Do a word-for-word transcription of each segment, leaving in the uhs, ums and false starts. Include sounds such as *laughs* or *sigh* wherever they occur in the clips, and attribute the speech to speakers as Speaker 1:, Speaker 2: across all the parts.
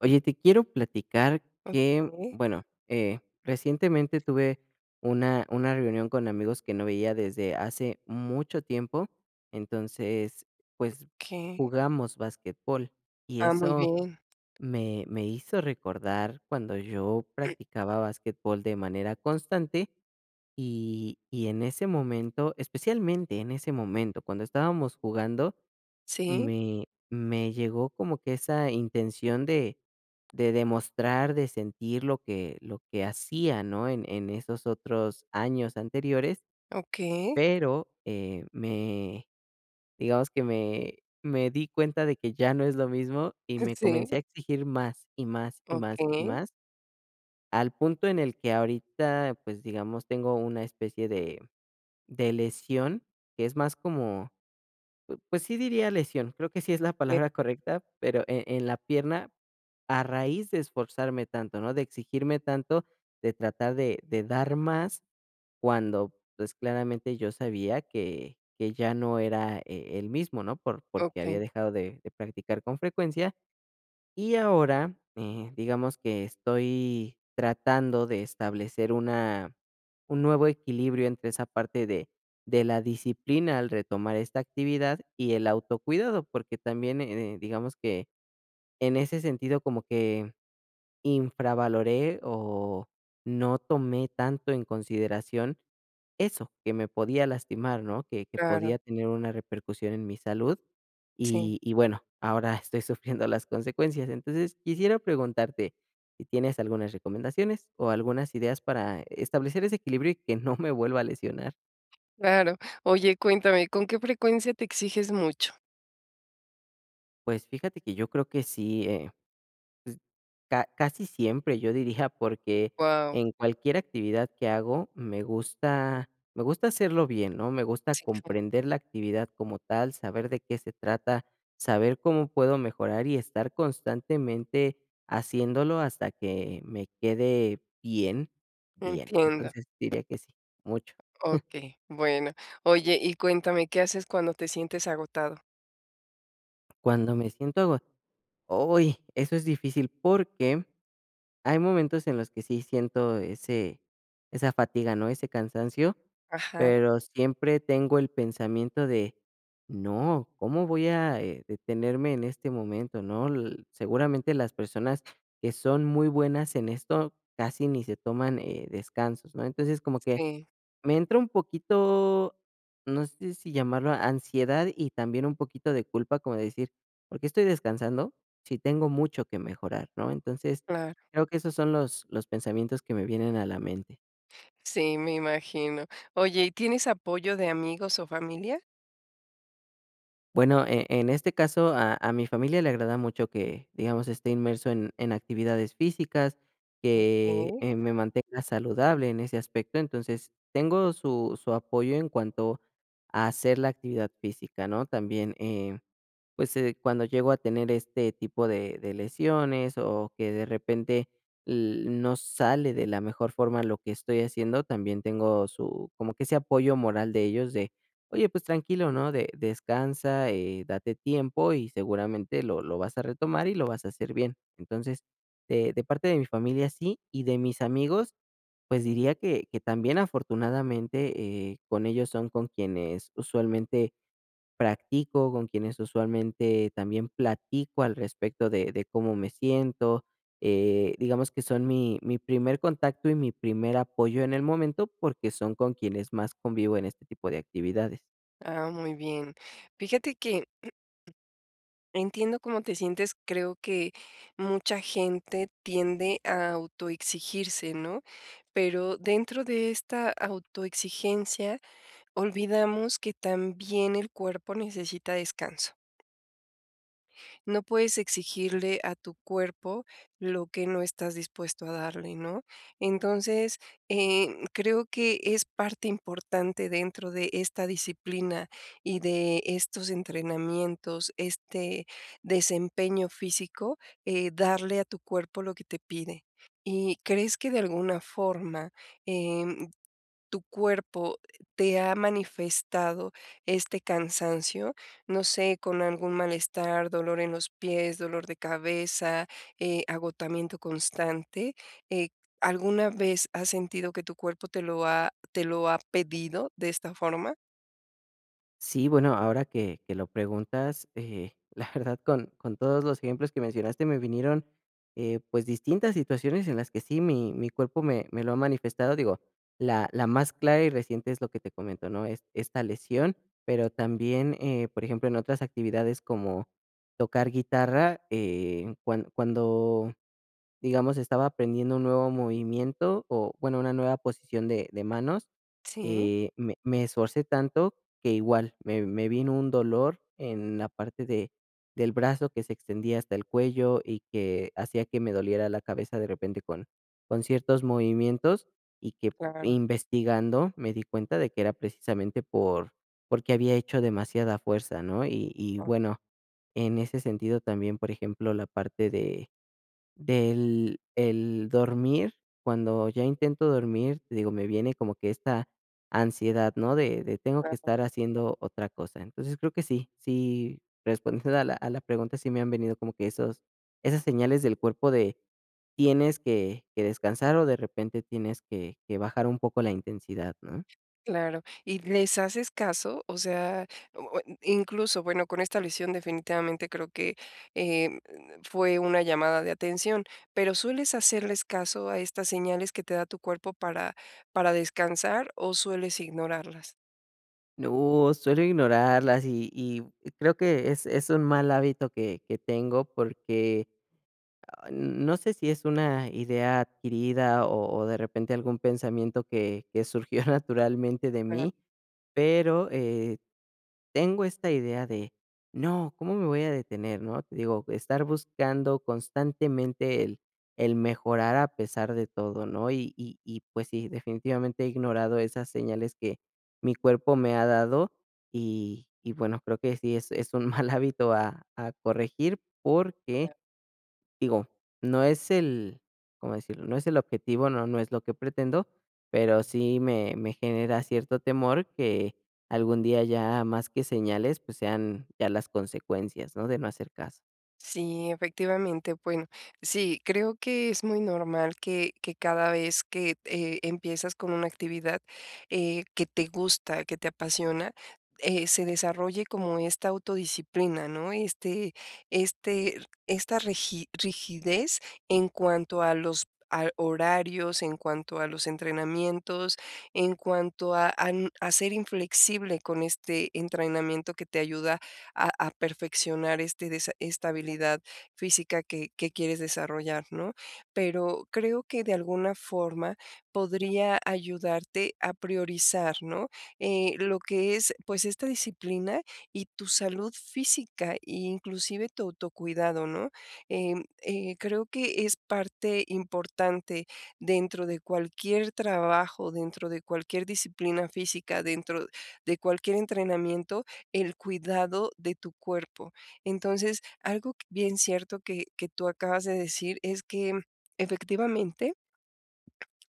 Speaker 1: Oye, te quiero platicar que,
Speaker 2: Okay,
Speaker 1: bueno, eh, recientemente tuve una, una reunión con amigos que no veía desde hace mucho tiempo. Entonces, pues
Speaker 2: okay.
Speaker 1: jugamos básquetbol y
Speaker 2: Ah, muy
Speaker 1: eso
Speaker 2: bien.
Speaker 1: me, me hizo recordar cuando yo practicaba básquetbol de manera constante y, y en ese momento, especialmente en ese momento, cuando estábamos jugando,
Speaker 2: Sí,
Speaker 1: me me llegó como que esa intención de de demostrar, de sentir lo que lo que hacía, ¿no? En en esos otros años anteriores,
Speaker 2: okay.
Speaker 1: pero, eh, me digamos que me me di cuenta de que ya no es lo mismo y
Speaker 2: *laughs*
Speaker 1: me
Speaker 2: Sí,
Speaker 1: comencé a exigir más, y más, y más, y
Speaker 2: okay,
Speaker 1: más, al punto en el que ahorita, pues, digamos, tengo una especie de de lesión, que es más como pu- pues sí, diría lesión, creo que sí es la
Speaker 2: eh,
Speaker 1: palabra correcta, pero e en la pierna, a raíz de esforzarme tanto, ¿no? De exigirme tanto, de tratar de de dar más, cuando, pues, claramente yo sabía que que ya no era, eh, el mismo, ¿no? Por porque había
Speaker 2: okey.
Speaker 1: dejado de de practicar con frecuencia y ahora, eh, digamos que estoy tratando de establecer una, un nuevo equilibrio entre esa parte de, de la disciplina al retomar esta actividad y el autocuidado, porque también, eh, digamos que en ese sentido como que infravaloré o no tomé tanto en consideración eso, que me podía lastimar, ¿no? Que que
Speaker 2: Claro,
Speaker 1: podía tener una repercusión en mi salud,
Speaker 2: sí,
Speaker 1: y y bueno, ahora *laughs* estoy sufriendo las consecuencias. Entonces, quisiera preguntarte si tienes algunas recomendaciones o algunas ideas para establecer ese equilibrio y que no me vuelva a lesionar.
Speaker 2: claro. Oye, cuéntame, ¿con qué frecuencia te exiges mucho?
Speaker 1: Pues fíjate que yo creo que sí, eh. Ca Casi siempre, yo diría, porque
Speaker 2: Wow,
Speaker 1: en cualquier actividad que hago me gusta, me gusta hacerlo bien, ¿no? Me gusta
Speaker 2: sí, claro,
Speaker 1: comprender la actividad como tal, saber de qué se trata, saber cómo puedo mejorar y estar constantemente haciéndolo hasta que me quede bien, bien.
Speaker 2: entiendo.
Speaker 1: Entonces, diría que sí, mucho.
Speaker 2: Okay, bueno. Oye, y cuéntame, ¿qué haces cuando te sientes agotado?
Speaker 1: Cuando me siento ago... ¡uy! Eso es difícil porque hay momentos en los que sí siento ese esa fatiga, ¿no? Ese cansancio,
Speaker 2: Ajá,
Speaker 1: pero siempre tengo el pensamiento de: "No, ¿cómo voy a, eh, detenerme en este momento?", ¿no? L Seguramente las personas que son muy buenas en esto casi ni se toman, eh, descansos, ¿no? Entonces, como que
Speaker 2: sí,
Speaker 1: me entra un poquito, no sé si llamarlo ansiedad, y también un poquito de culpa, como decir: "¿Por qué estoy descansando si tengo mucho que mejorar?", ¿no? Entonces,
Speaker 2: claro.
Speaker 1: creo que esos son los los pensamientos que me vienen a la mente.
Speaker 2: Sí, me imagino. Oye, ¿y tienes apoyo de amigos o familia?
Speaker 1: Bueno, e en este caso, a a mi familia le agrada mucho que, digamos, esté inmerso en en actividades físicas, que,
Speaker 2: Okey.
Speaker 1: eh, me mantenga saludable en ese aspecto. Entonces, tengo su su apoyo en cuanto a hacer la actividad física, ¿no? También, eh. Pues, eh, cuando llego a tener este tipo de de lesiones, o que de repente l no sale de la mejor forma lo que estoy haciendo, también tengo su como que ese apoyo moral de ellos de: "Oye, pues tranquilo, ¿no? De descansa, eh, date tiempo y seguramente lo lo vas a retomar y lo vas a hacer bien". Entonces, de de parte de mi familia sí, y de mis amigos, pues diría que que también afortunadamente, eh, con ellos son con quienes usualmente practico, con quienes usualmente también platico al respecto de, de cómo me siento. Eh, digamos que son mi, mi primer contacto y mi primer apoyo en el momento porque son con quienes más convivo en este tipo de actividades.
Speaker 2: Ah, muy bien. Fíjate que entiendo cómo te sientes, creo que mucha gente tiende a autoexigirse, ¿no? Pero dentro de esta autoexigencia olvidamos que también el cuerpo necesita descanso. No puedes exigirle a tu cuerpo lo que no estás dispuesto a darle, ¿no? Entonces, eh, creo que es parte importante dentro de esta disciplina y de estos entrenamientos, este desempeño físico, eh, darle a tu cuerpo lo que te pide. ¿Y crees que de alguna forma, em, tu cuerpo te ha manifestado este cansancio? No sé, con algún malestar, dolor en los pies, dolor de cabeza, eh, agotamiento constante. eh, ¿Alguna vez has sentido que tu cuerpo te lo ha, te lo ha pedido de esta forma?
Speaker 1: Sí, bueno, ahora que que lo preguntas, eh, *laughs* la verdad, con con todos los ejemplos que mencionaste me vinieron, eh, pues, distintas situaciones en las que sí mi mi cuerpo me me lo ha manifestado. Digo, la la más clara y reciente es lo que te comento, ¿no? Es esta lesión, pero también, eh, por ejemplo, en otras actividades como tocar guitarra, eh, cuan cuando... digamos, estaba aprendiendo un nuevo movimiento o, bueno, una nueva posición de de manos,
Speaker 2: Sí,
Speaker 1: eh, me me esforcé tanto que igual me me vino un dolor en la parte de del brazo que se extendía hasta el cuello y que hacía que me doliera la cabeza de repente con con ciertos movimientos y que
Speaker 2: claro.
Speaker 1: investigando me di cuenta de que era precisamente por porque había hecho demasiada fuerza, ¿no? Y y bueno, en ese sentido también, por ejemplo, la parte de del el dormir, cuando ya intento dormir, te digo, me viene como que esta ansiedad, ¿no? De de tengo que estar haciendo otra cosa. Entonces, creo que sí, sí, respondiendo a la a la pregunta, sí me han venido como que esos esas señales del cuerpo de tienes que que descansar o de repente tienes que que bajar un poco la intensidad, ¿no?
Speaker 2: Claro, ¿y les haces caso? O sea, o- o incluso, bueno, con esta lesión definitivamente creo que eh, fue una llamada de atención, pero ¿sueles hacerles caso a estas señales que te da tu cuerpo para, para descansar o sueles ignorarlas?
Speaker 1: No, suelo ignorarlas y y creo que es es un mal hábito que que tengo porque no sé si es una idea adquirida o o de repente algún pensamiento que que surgió *laughs* naturalmente de
Speaker 2: Ah.
Speaker 1: mí, pero, eh, tengo esta idea de: "No, ¿cómo me voy a detener?", ¿no? Te digo, estar buscando constantemente el el mejorar a pesar de todo, ¿no? Y y y, pues sí, definitivamente he ignorado esas señales que mi cuerpo me ha dado, y y bueno, creo que sí es es un *laughs* mal hábito a a corregir porque, digo, no es el, ¿cómo decirlo? No es el objetivo, no, no es lo que pretendo, pero sí me, me genera cierto temor que algún día ya más que señales, pues sean ya las consecuencias, ¿no? De no hacer caso.
Speaker 2: Sí, efectivamente. Bueno, sí, creo que es muy normal que, que cada vez que eh, empiezas con una actividad eh, que te gusta, que te apasiona, eh, se desarrolle como esta autodisciplina, ¿no? Este, este, esta regi- rigidez en cuanto a los a horarios, en cuanto a los entrenamientos, en cuanto a, a n- a ser inflexible con este entrenamiento que te ayuda a, a perfeccionar este desa- esta habilidad física que, que quieres desarrollar, ¿no? Pero creo que de alguna forma podría ayudarte a priorizar, ¿no? Eh, lo que es, pues, esta disciplina y tu salud física e inclusive tu autocuidado, ¿no? Em, eh, creo que es parte importante dentro de cualquier trabajo, dentro de cualquier disciplina física, dentro de cualquier entrenamiento, el cuidado de tu cuerpo. Entonces, algo que- bien cierto que, que tú acabas de decir es que efectivamente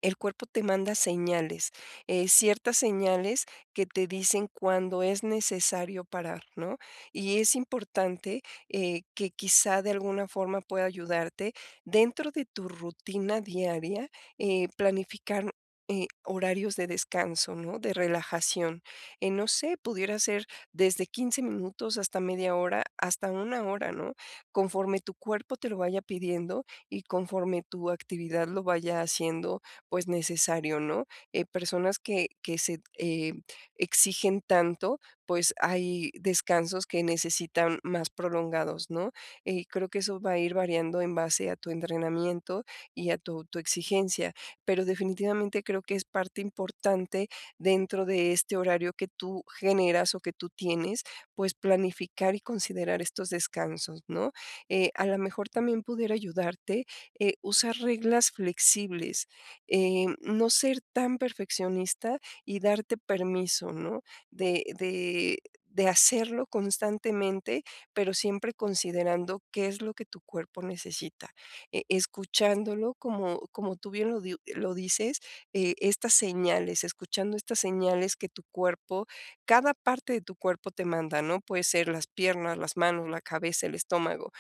Speaker 2: el cuerpo te manda señales, eh, ciertas señales que te dicen cuando es necesario parar, ¿no? Y es importante eh, que quizá de alguna forma pueda ayudarte dentro de tu rutina diaria, eh, planificar eh, horarios de descanso, ¿no? De relajación. Eh, no sé, pudiera ser desde quince minutos hasta media hora, hasta una hora, ¿no? Conforme tu cuerpo te lo vaya pidiendo y conforme tu actividad lo vaya haciendo pues necesario, ¿no? Eh, personas que, que se eh, exigen tanto, pues hay descansos que necesitan más prolongados, ¿no? Eh, creo que eso va a ir variando en base a tu entrenamiento y a tu autoexigencia, pero definitivamente creo que es parte importante dentro de este horario que tú generas o que tú tienes, pues planificar y considerar estos descansos, ¿no? Eh, a lo mejor también pudiera ayudarte eh, usar reglas flexibles eh, no ser tan perfeccionista y darte permiso, ¿no? De, de, de hacerlo constantemente, pero siempre considerando qué es lo que tu cuerpo necesita, eh, escuchándolo como, como tú bien lo, di- lo dices, eh, estas señales, escuchando estas señales que tu cuerpo, cada parte de tu cuerpo te manda, ¿no? Puede ser las piernas, las manos, la cabeza, el estómago,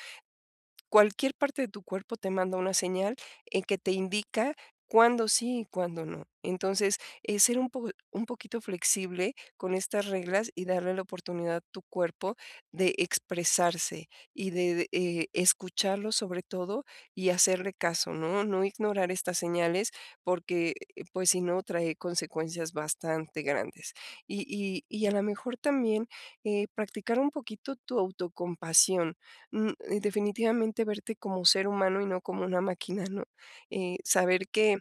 Speaker 2: cualquier parte de tu cuerpo te manda una señal, en que te indica cuándo sí y cuándo no. Entonces, eh, ser un po un poquito flexible con estas reglas y darle la oportunidad a tu cuerpo de expresarse y de, eh, escucharlo sobre todo y hacerle caso, ¿no? No ignorar estas señales porque, eh, pues, si no, trae consecuencias bastante grandes. Y y y a lo mejor también, eh, practicar un poquito tu autocompasión, mm, eh, definitivamente verte como ser humano y no como una máquina, ¿no? Eh, saber que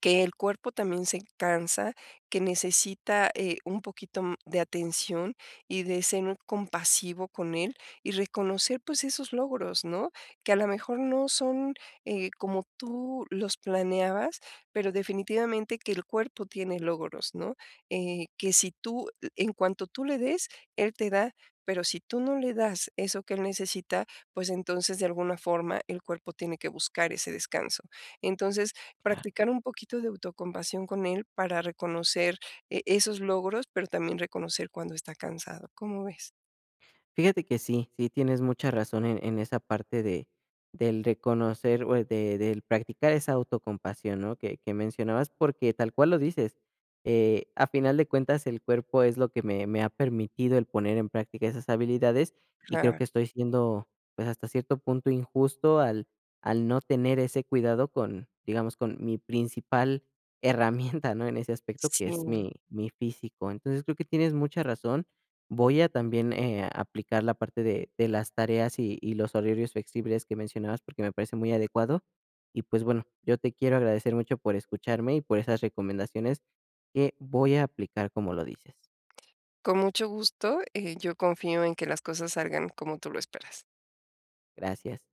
Speaker 2: que el cuerpo también se cansa, que necesita, eh, un poquito, mm, de atención y de ser compasivo con él y reconocer, pues, esos logros, ¿no? Que a lo mejor no son, eh, como tú los planeabas, pero definitivamente que el cuerpo tiene logros, ¿no? Eh, que si tú, en cuanto tú le des, él te da, pero si tú no le das eso que él necesita, pues, entonces, de alguna forma, el cuerpo tiene que buscar ese descanso. Entonces, practicar un poquito de autocompasión con él para reconocer, eh, esos logros, pero también reconocer cuando está cansado, ¿cómo ves?
Speaker 1: Fíjate que sí, sí tienes mucha razón en, en esa parte de del reconocer o de, del practicar esa autocompasión, ¿no? Que, que mencionabas, porque tal cual lo dices, eh, a final de cuentas el cuerpo es lo que me, me ha permitido el poner en práctica esas habilidades y creo
Speaker 2: Claro,
Speaker 1: que estoy siendo, pues hasta cierto punto injusto al, al no tener ese cuidado con, digamos, con mi principal *laughs* herramienta, ¿no? En ese aspecto que
Speaker 2: sí,
Speaker 1: es mi, mi físico. Entonces creo que tienes mucha razón. Voy a también, eh, aplicar la parte de de las tareas y y los horarios flexibles que mencionabas, porque me parece muy adecuado. Y, pues, bueno, yo te quiero agradecer mucho por escucharme y por esas recomendaciones que voy a aplicar como lo dices.
Speaker 2: con mucho gusto, eh, yo confío en que las cosas salgan como tú lo esperas.
Speaker 1: Gracias.